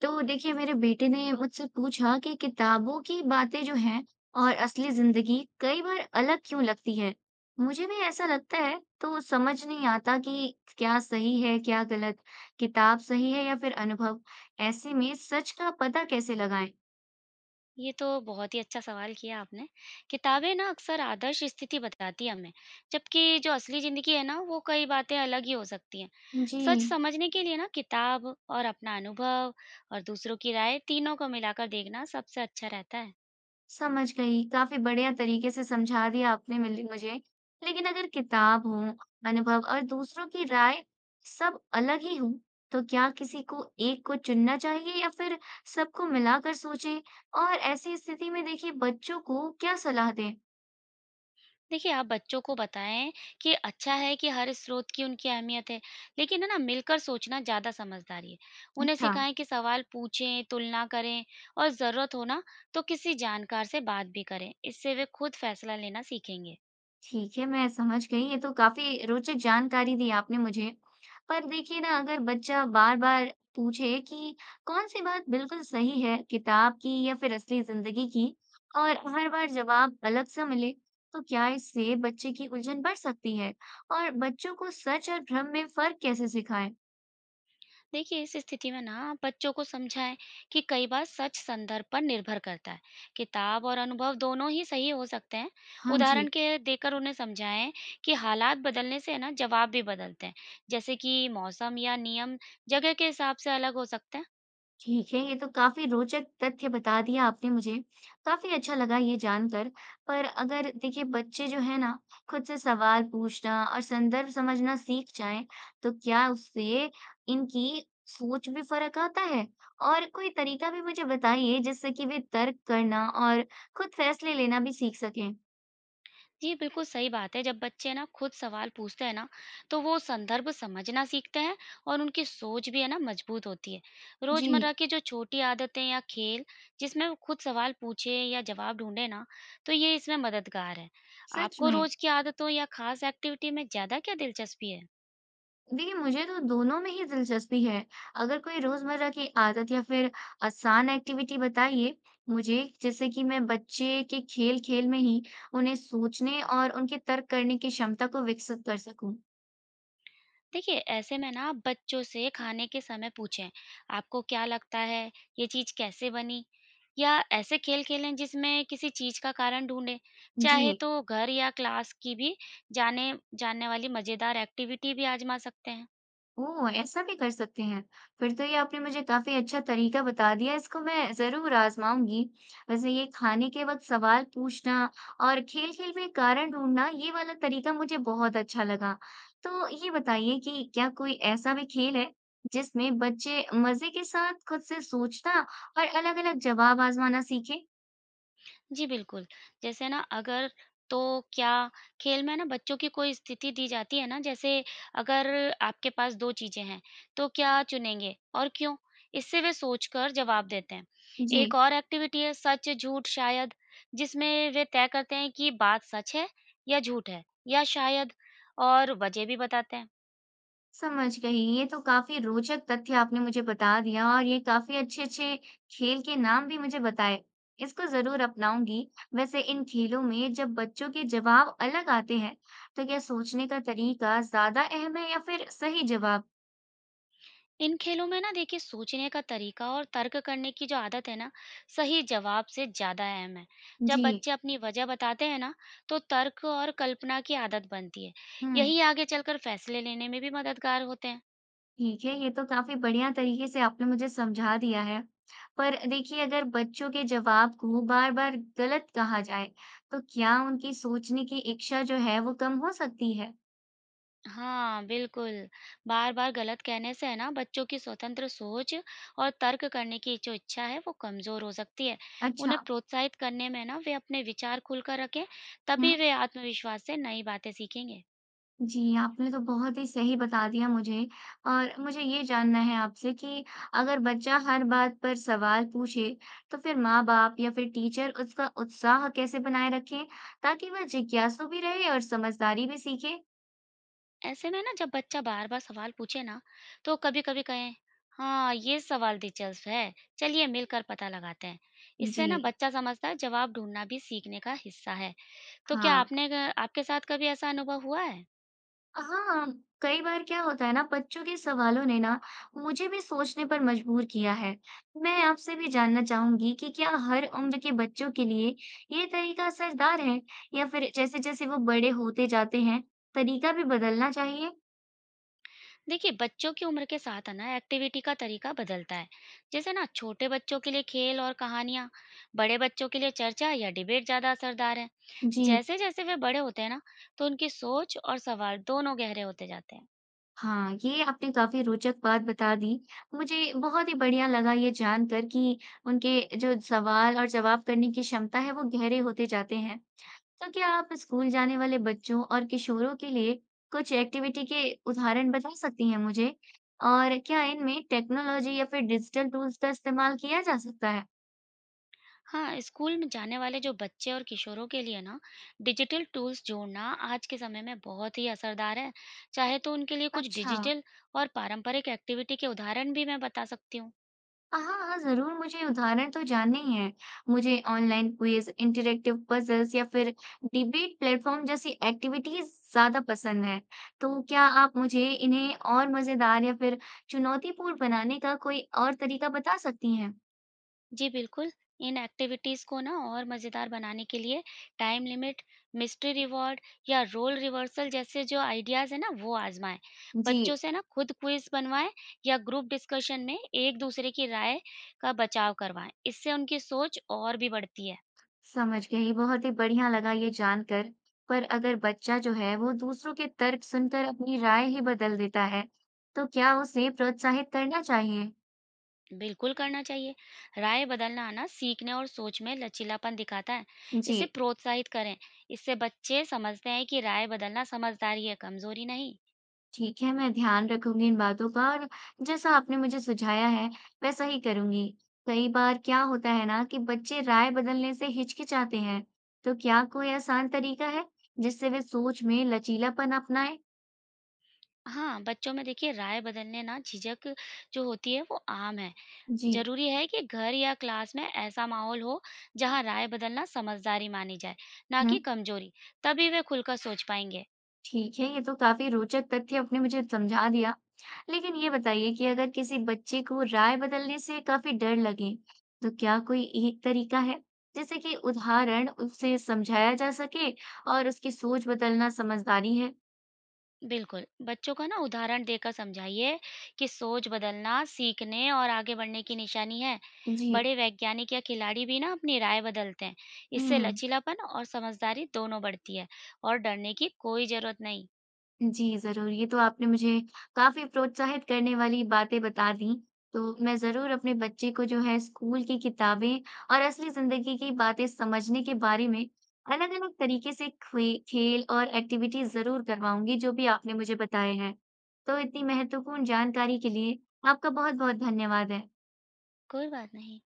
तो देखिए, मेरे बेटे ने मुझसे पूछा कि किताबों की बातें जो हैं और असली जिंदगी कई बार अलग क्यों लगती है। मुझे भी ऐसा लगता है तो समझ नहीं आता कि क्या सही है क्या गलत। किताब सही है या फिर अनुभव। ऐसे में सच का पता कैसे लगाएं। ये तो बहुत ही अच्छा सवाल किया आपने। किताबें ना अक्सर आदर्श स्थिति बताती हैं हमें, जबकि जो असली ज़िंदगी है ना, वो कई बातें अलग ही हो सकती हैं। जी, सच समझने के लिए ना किताब और अपना अनुभव और दूसरों की राय तीनों को मिलाकर देखना सबसे अच्छा रहता है। समझ गई। काफ़ी बढ़िया तरीके से समझा दिया आपने मिल मुझे। लेकिन अगर किताब हो, अनुभव और दूसरों की राय सब अलग ही हों, तो क्या किसी को एक को चुनना चाहिए या फिर सबको मिलाकर सोचें? और ऐसी स्थिति में देखिए बच्चों को क्या सलाह दें? देखिए, आप बच्चों को बताएँ कि अच्छा है कि हर स्रोत की उनकी अहमियत है, लेकिन है ना मिलकर सोचना ज़्यादा समझदारी है। उन्हें अच्छा। सिखाएँ कि सवाल पूछें, तुलना करें और ज़रूरत हो ना तो किसी जानकार से बात भी करें। इससे वे खुद फैसला लेना सीखेंगे। ठीक है, मैं समझ गई। ये तो काफ़ी रोचक जानकारी दी आपने मुझे। पर देखिए ना, अगर बच्चा बार-बार पूछे कि कौन-सी बात बिल्कुल सही है, किताब की या फिर असली ज़िंदगी की, और हर बार जवाब अलग-सा मिले, तो क्या इससे बच्चे की उलझन बढ़ सकती है? और बच्चों को सच और भ्रम में फ़र्क कैसे सिखाएँ? देखिए इस स्थिति में ना आप बच्चों को समझाएं कि कई बार सच संदर्भ पर निर्भर करता है। किताब और अनुभव दोनों ही सही हो सकते हैं। हाँ जी। उदाहरण के देकर उन्हें समझाएं कि हालात बदलने से है ना जवाब भी बदलते हैं। जैसे कि मौसम या नियम जगह के हिसाब से अलग हो सकते हैं। ठीक है, ये तो काफ़ी रोचक तथ्य बता दिया आपने मुझे। काफ़ी अच्छा लगा ये जानकर। पर अगर देखिए बच्चे जो है ना, खुद से सवाल पूछना और संदर्भ समझना सीख जाएँ, तो क्या उससे इनकी सोच में फ़र्क आता है? और कोई तरीका भी मुझे बताइए जिससे कि वे तर्क करना और खुद फैसले लेना भी सीख सकें। जी, बिल्कुल सही बात है। जब बच्चे ना खुद सवाल पूछते हैं ना, तो वो संदर्भ समझना सीखते हैं और उनकी सोच भी है ना मजबूत होती है। रोज़मर्रा जी, की जो छोटी आदतें या खेल जिसमें वो खुद सवाल पूछे या जवाब ढूंढे ना, तो ये इसमें मददगार है। सच आपको में। रोज़ की आदतों या खास एक्टिविटी में ज़्यादा क्या दिलचस्पी है? देखिए, मुझे तो दोनों में ही दिलचस्पी है। अगर कोई रोज़मर्रा की आदत या फिर आसान एक्टिविटी बताइए मुझे जिससे कि मैं बच्चे के खेल-खेल में ही उन्हें सोचने और उनके तर्क करने की क्षमता को विकसित कर सकूँ। देखिए ऐसे में ना आप बच्चों से खाने के समय पूछें, आपको क्या लगता है ये चीज कैसे बनी, या ऐसे खेल खेलें जिसमें किसी चीज का कारण ढूंढें। जी। चाहे तो घर या क्लास की भी जाने जानने वाली मजेदार एक्टिविटी भी आजमा सकते हैं। ओह! ऐसा भी कर सकते हैं। फिर तो ये आपने मुझे काफ़ी अच्छा तरीका बता दिया, इसको मैं ज़रूर आज़माऊँगी। वैसे ये खाने के वक़्त सवाल पूछना और खेल-खेल में कारण ढूँढना, ये वाला तरीका मुझे बहुत अच्छा लगा। तो ये बताइए कि क्या कोई ऐसा भी खेल है, जिसमें बच्चे मज़े के साथ खुद से सोचना और अलग-अलग जवाब आज़माना सीखें? जी, बिल्कुल। जैसे ना अगर तो क्या, खेल में ना बच्चों की कोई स्थिति दी जाती है ना, जैसे अगर आपके पास 2 चीज़ें हैं, तो क्या चुनेंगे और क्यों? इससे वे सोचकर जवाब देते हैं। जी। एक और एक्टिविटी है सच, झूठ, शायद, जिसमें वे तय करते हैं कि बात सच है या झूठ है या शायद, और वजह भी बताते हैं। समझ गई। ये तो काफ़ी रोचक तथ्य आपने मुझे बता दिया और ये काफ़ी अच्छे-अच्छे खेल के नाम भी मुझे बताए। इसको ज़रूर अपनाऊँगी। वैसे इन खेलों में जब बच्चों के जवाब अलग आते हैं, तो क्या सोचने का तरीका ज़्यादा अहम है या फिर सही जवाब? इन खेलों में ना देखिए सोचने का तरीका और तर्क करने की जो आदत है ना सही जवाब से ज्यादा अहम है। जब जी। बच्चे अपनी वजह बताते हैं ना तो तर्क और कल्पना की आदत बनती है। हुँ, यही आगे चलकर फैसले लेने में भी मददगार होते हैं। ठीक है। ये तो काफ़ी बढ़िया तरीके से आपने मुझे समझा दिया है। पर देखिए अगर बच्चों के जवाब को बार-बार गलत कहा जाए, तो क्या उनकी सोचने की इच्छा जो है वो कम हो सकती है? हाँ बिल्कुल। बार बार गलत कहने से है ना बच्चों की स्वतंत्र सोच और तर्क करने की जो इच्छा है वो कमजोर हो सकती है। अच्छा। उन्हें प्रोत्साहित करने में ना वे अपने विचार खुलकर रखें, हुँ। तभी वे आत्मविश्वास से नई बातें सीखेंगे। जी, आपने तो बहुत ही सही बता दिया मुझे और मुझे ये जानना है आपसे कि अगर बच्चा हर बात पर सवाल पूछे, तो फिर माँ-बाप या फिर टीचर उसका उत्साह कैसे बनाए रखें, ताकि वह जिज्ञासु भी रहे और समझदारी भी सीखे? ऐसे में ना जब बच्चा बार बार सवाल पूछे ना तो कभी कभी कहें, हाँ ये सवाल दिलचस्प है, चलिए मिलकर पता लगाते हैं। इससे ना जी, बच्चा समझता है जवाब ढूंढना भी सीखने का हिस्सा है। तो क्या हाँ। आपने, आपके साथ कभी ऐसा अनुभव हुआ है? हाँ, कई बार क्या होता है ना, बच्चों के सवालों ने ना मुझे भी सोचने पर मजबूर किया है। मैं आपसे भी जानना चाहूंगी कि क्या हर उम्र के बच्चों के लिए ये तरीका असरदार है या फिर जैसे जैसे वो बड़े होते जाते हैं तरीका भी बदलना चाहिए। देखिए बच्चों की उम्र के साथ है ना एक्टिविटी का तरीका बदलता है। जैसे ना छोटे बच्चों के लिए खेल और कहानियाँ, बड़े बच्चों के लिए चर्चा या डिबेट ज़्यादा असरदार है। जी। जैसे जैसे वे बड़े होते हैं ना तो उनकी सोच और सवाल दोनों गहरे होते जाते हैं। हाँ, ये आपने काफी रोचक बात बता दी। मुझे बहुत ही बढ़िया लगा ये जानकर कि उनके जो सवाल और जवाब करने की क्षमता है वो गहरे होते जाते हैं। तो क्या आप स्कूल जाने वाले बच्चों और किशोरों के लिए कुछ एक्टिविटी के उदाहरण बता सकती हैं मुझे? और क्या इनमें टेक्नोलॉजी या फिर डिजिटल टूल्स का इस्तेमाल किया जा सकता है? हाँ, स्कूल में जाने वाले जो बच्चे और किशोरों के लिए ना डिजिटल टूल्स जोड़ना आज के समय में बहुत ही असरदार है। चाहे तो उनके लिए कुछ अच्छा, डिजिटल और पारंपरिक एक्टिविटी के उदाहरण भी मैं बता सकती हूँ। हाँ हाँ जरूर, मुझे उदाहरण तो जानने ही हैं। मुझे ऑनलाइन क्विज, इंटरेक्टिव पजल्स या फिर डिबेट प्लेटफॉर्म जैसी एक्टिविटीज ज्यादा पसंद है। तो क्या आप मुझे इन्हें और मजेदार या फिर चुनौतीपूर्ण बनाने का कोई और तरीका बता सकती हैं? जी बिल्कुल, इन एक्टिविटीज़ को ना और मज़ेदार बनाने के लिए टाइम लिमिट, मिस्ट्री रिवॉर्ड या रोल रिवर्सल जैसे जो आइडियाज़ हैं ना वो आज़माएँ। जी, बच्चों से ना खुद क्विज़ बनवाएँ या ग्रुप डिस्कशन में एक दूसरे की राय का बचाव करवाएँ। इससे उनकी सोच और भी बढ़ती है। समझ गई। बहुत ही बढ़िया लगा ये जानकर। पर अगर बच्चा जो है वो दूसरों के तर्क सुनकर अपनी राय ही बदल देता है, तो क्या उसे प्रोत्साहित करना चाहिए? बिल्कुल करना चाहिए। राय बदलना आना सीखने और सोच में लचीलापन दिखाता है। जी, इसे प्रोत्साहित करें। इससे बच्चे समझते हैं कि राय बदलना समझदारी है, कमज़ोरी नहीं। ठीक है, मैं ध्यान रखूंगी इन बातों का और जैसा आपने मुझे सुझाया है वैसा ही करूंगी। कई बार क्या होता है ना, कि बच्चे राय बदलने से हिचकिचाते हैं, तो क्या कोई आसान तरीका है जिससे वे सोच में लचीलापन अपनाएं? हाँ, बच्चों में देखिए राय बदलने ना झिझक जो होती है वो आम है। जी। ज़रूरी है कि घर या क्लास में ऐसा माहौल हो जहाँ राय बदलना समझदारी मानी जाए, ना हम्म। कि कमज़ोरी। तभी वे खुलकर सोच पाएँगे। ठीक है, ये तो काफ़ी रोचक तथ्य आपने मुझे समझा दिया। लेकिन ये बताइए कि अगर किसी बच्चे को राय बदलने से काफ़ी डर लगे, तो क्या कोई एक तरीका है, जैसे कि उदाहरण उसे समझाया जा सके और उसकी सोच बदलना समझदारी है? बिल्कुल, बच्चों को ना उदाहरण देकर समझाइए कि सोच बदलना सीखने और आगे बढ़ने की निशानी है। जी। बड़े वैज्ञानिक या खिलाड़ी भी ना अपनी राय बदलते हैं। इससे हुँ। लचीलापन और समझदारी दोनों बढ़ती है और डरने की कोई ज़रूरत नहीं। जी, ज़रूर। ये तो आपने मुझे काफ़ी प्रोत्साहित करने वाली बातें बता दी। तो मैं ज़रूर अपने बच्चे को जो है स्कूल की किताबें और असली ज़िंदगी की बातें समझने के बारे में अलग-अलग तरीके से खे खेल और एक्टिविटी ज़रूर करवाऊँगी, जो भी आपने मुझे बताए हैं। तो इतनी महत्वपूर्ण जानकारी के लिए आपका बहुत-बहुत धन्यवाद है। कोई बात नहीं।